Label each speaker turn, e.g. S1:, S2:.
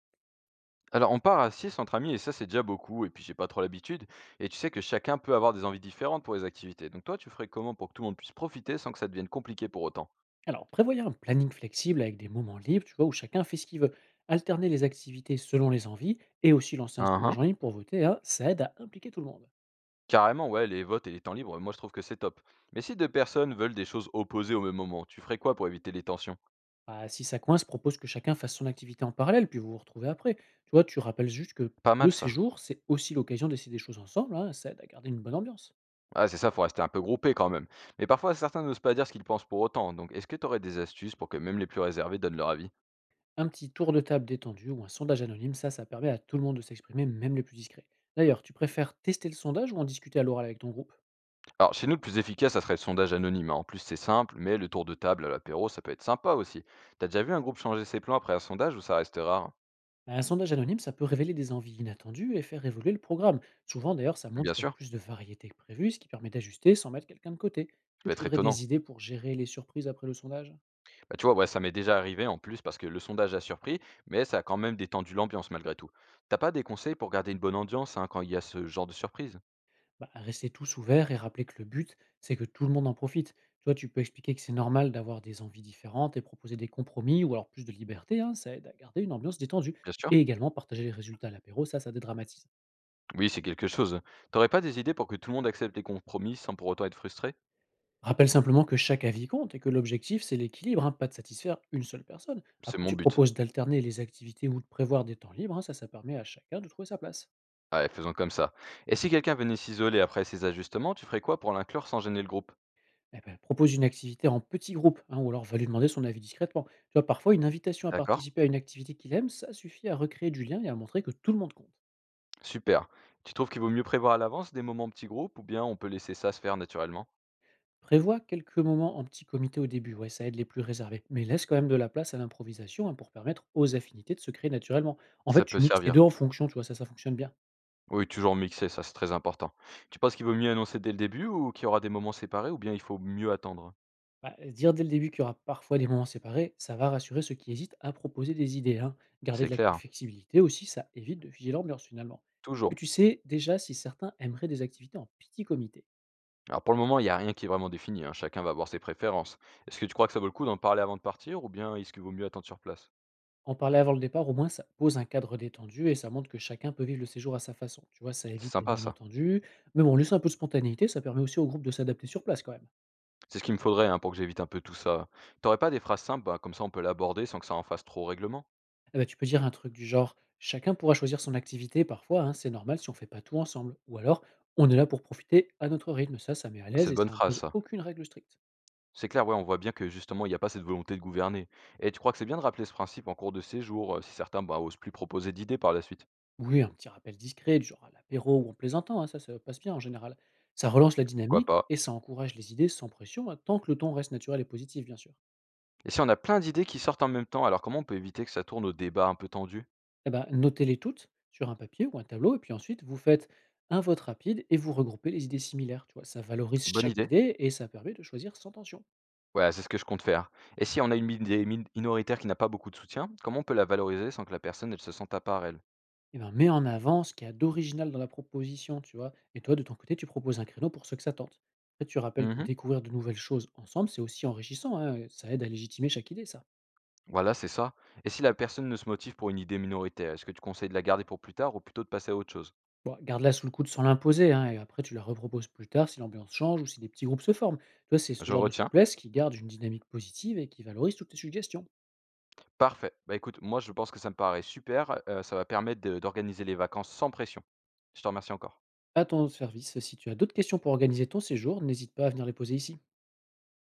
S1: Alors, on part à 6 entre amis et ça, c'est déjà beaucoup. Et puis, j'ai pas trop l'habitude. Et tu sais que chacun peut avoir des envies différentes pour les activités. Donc, toi, tu ferais comment pour que tout le monde puisse profiter sans que ça devienne compliqué pour autant?
S2: Alors, prévoyez un planning flexible avec des moments libres, tu vois, où chacun fait ce qu'il veut. Alterner les activités selon les envies et aussi lancer un
S1: Uhum.
S2: sondage en ligne pour voter, hein, ça aide à impliquer tout le monde.
S1: Carrément, ouais, les votes et les temps libres, moi, je trouve que c'est top. Mais si deux personnes veulent des choses opposées au même moment, tu ferais quoi pour éviter les tensions?
S2: Ah, si ça coince, propose que chacun fasse son activité en parallèle, puis vous vous retrouvez après. Tu vois, tu rappelles juste que
S1: Pas mal,
S2: le
S1: ça.
S2: séjour, c'est aussi l'occasion d'essayer des choses ensemble, hein, ça aide à garder une bonne ambiance.
S1: Ah, c'est ça, faut rester un peu groupé quand même. Mais parfois, certains n'osent pas dire ce qu'ils pensent pour autant. Donc, est-ce que tu aurais des astuces pour que même les plus réservés donnent leur avis?
S2: Un petit tour de table détendu ou un sondage anonyme, ça permet à tout le monde de s'exprimer, même les plus discrets. D'ailleurs, tu préfères tester le sondage ou en discuter à l'oral avec ton groupe?
S1: Alors, chez nous, le plus efficace, ça serait le sondage anonyme, hein. En plus, c'est simple, mais le tour de table à l'apéro, ça peut être sympa aussi. T'as déjà vu un groupe changer ses plans après un sondage ou ça reste rare?
S2: Bah, un sondage anonyme, ça peut révéler des envies inattendues et faire évoluer le programme. Souvent, d'ailleurs, ça montre
S1: Bien
S2: qu'il y a
S1: sûr,
S2: plus de variété que prévu, ce qui permet d'ajuster sans mettre quelqu'un de côté.
S1: ça
S2: Est-ce que
S1: peut
S2: tu
S1: être
S2: voudrais
S1: étonnant.
S2: des idées pour gérer les surprises après le sondage?
S1: Bah, tu vois, ouais, ça m'est déjà arrivé en plus parce que le sondage a surpris, mais ça a quand même détendu l'ambiance malgré tout. T'as pas des conseils pour garder une bonne ambiance, hein, quand il y a ce genre de surprise?
S2: Bah, restez tous ouverts et rappelez que le but, c'est que tout le monde en profite. Toi, tu peux expliquer que c'est normal d'avoir des envies différentes et proposer des compromis ou alors plus de liberté, hein, ça aide à garder une ambiance détendue.
S1: Bien sûr.
S2: Et également, partager les résultats à l'apéro, ça dédramatise.
S1: Oui, c'est quelque chose. T'aurais pas des idées pour que tout le monde accepte les compromis sans pour autant être frustré?
S2: Rappelle simplement que chaque avis compte et que l'objectif, c'est l'équilibre, hein, pas de satisfaire une seule personne.
S1: C'est
S2: Après,
S1: mon
S2: tu
S1: but.
S2: proposes d'alterner les activités ou de prévoir des temps libres, hein, ça permet à chacun de trouver sa place.
S1: Ouais, faisons comme ça. Et si quelqu'un venait s'isoler après ces ajustements, tu ferais quoi pour l'inclure sans gêner le groupe?
S2: Eh ben, propose une activité en petit groupe, hein, ou alors va lui demander son avis discrètement. Tu vois, parfois, une invitation à
S1: D'accord?
S2: participer à une activité qu'il aime, ça suffit à recréer du lien et à montrer que tout le monde compte.
S1: Super. Tu trouves qu'il vaut mieux prévoir à l'avance des moments petits groupes ou bien on peut laisser ça se faire naturellement?
S2: Prévois quelques moments en petit comité au début, ouais, ça aide les plus réservés, mais laisse quand même de la place à l'improvisation, hein, pour permettre aux affinités de se créer naturellement. En
S1: Ça
S2: fait,
S1: peut
S2: tu mixes les deux
S1: servir.
S2: en fonction, tu vois, ça fonctionne bien.
S1: Oui, toujours mixer, ça c'est très important. Tu penses qu'il vaut mieux annoncer dès le début ou qu'il y aura des moments séparés ou bien il faut mieux attendre?
S2: Bah, dire dès le début qu'il y aura parfois des moments séparés, ça va rassurer ceux qui hésitent à proposer des idées, hein. Garder
S1: C'est
S2: de la
S1: clair,
S2: flexibilité aussi, ça évite de figer l'ambiance finalement. Et
S1: toujours.
S2: tu sais déjà si certains aimeraient des activités en petit comité?
S1: Alors pour le moment, il n'y a rien qui est vraiment défini, hein, chacun va avoir ses préférences. Est-ce que tu crois que ça vaut le coup d'en parler avant de partir ou bien est-ce qu'il vaut mieux attendre sur place?
S2: En parler avant le départ, au moins, ça pose un cadre détendu et ça montre que chacun peut vivre le séjour à sa façon. Tu vois, ça
S1: C'est
S2: évite les
S1: sympa ça.
S2: malentendus. Mais bon, laisser un peu de spontanéité, ça permet aussi au groupe de s'adapter sur place quand même.
S1: C'est ce qu'il me faudrait, hein, pour que j'évite un peu tout ça. T'aurais pas des phrases simples, bah, comme ça on peut l'aborder sans que ça en fasse trop règlement?
S2: Eh bah, tu peux dire un truc du genre: «Chacun pourra choisir son activité parfois, hein, c'est normal si on fait pas tout ensemble» ou alors: «On est là pour profiter à notre rythme». Ça met à
S1: C'est
S2: l'aise
S1: de
S2: et
S1: bonnes
S2: ça
S1: phrases
S2: impose
S1: ça.
S2: aucune règle stricte.
S1: C'est clair, ouais, on voit bien que justement, il n'y a pas cette volonté de gouverner. Et tu crois que c'est bien de rappeler ce principe en cours de séjour, si certains bah, osent plus proposer d'idées par la suite?
S2: Oui, un petit rappel discret du genre à l'apéro ou en plaisantant, hein, ça passe bien en général. Ça relance la
S1: Pourquoi
S2: dynamique
S1: pas?
S2: et ça encourage les idées sans pression, hein, tant que le ton reste naturel et positif, bien sûr.
S1: Et si on a plein d'idées qui sortent en même temps, alors comment on peut éviter que ça tourne au débat un peu tendu?
S2: Eh bah, notez-les toutes sur un papier ou un tableau et puis ensuite vous faites un vote rapide et vous regroupez les idées similaires, tu vois? Ça valorise
S1: Bonne
S2: chaque
S1: idée.
S2: idée et ça permet de choisir sans tension.
S1: Ouais, c'est ce que je compte faire. Et si on a une idée minoritaire qui n'a pas beaucoup de soutien, comment on peut la valoriser sans que la personne elle se sente à part elle?
S2: Eh ben, mets en avant ce qu'il y a d'original dans la proposition, tu vois? Et toi, de ton côté, tu proposes un créneau pour ceux que ça tente. Après, tu rappelles que
S1: Mhm.
S2: découvrir de nouvelles choses ensemble, c'est aussi enrichissant, hein, et ça aide à légitimer chaque idée, ça.
S1: Voilà, c'est ça. Et si la personne ne se motive pour une idée minoritaire, est-ce que tu conseilles de la garder pour plus tard ou plutôt de passer à autre chose?
S2: Bon, garde-la sous le coude sans l'imposer, hein, et après, tu la reproposes plus tard si l'ambiance change ou si des petits groupes se forment. Tu vois, c'est ce
S1: Je
S2: genre de
S1: retiens.
S2: souplesse qui garde une dynamique positive et qui valorise toutes tes suggestions.
S1: Parfait. Bah, écoute, moi, je pense que ça me paraît super, ça va permettre de d'organiser les vacances sans pression. Je te remercie encore.
S2: À ton service, si tu as d'autres questions pour organiser ton séjour, n'hésite pas à venir les poser ici.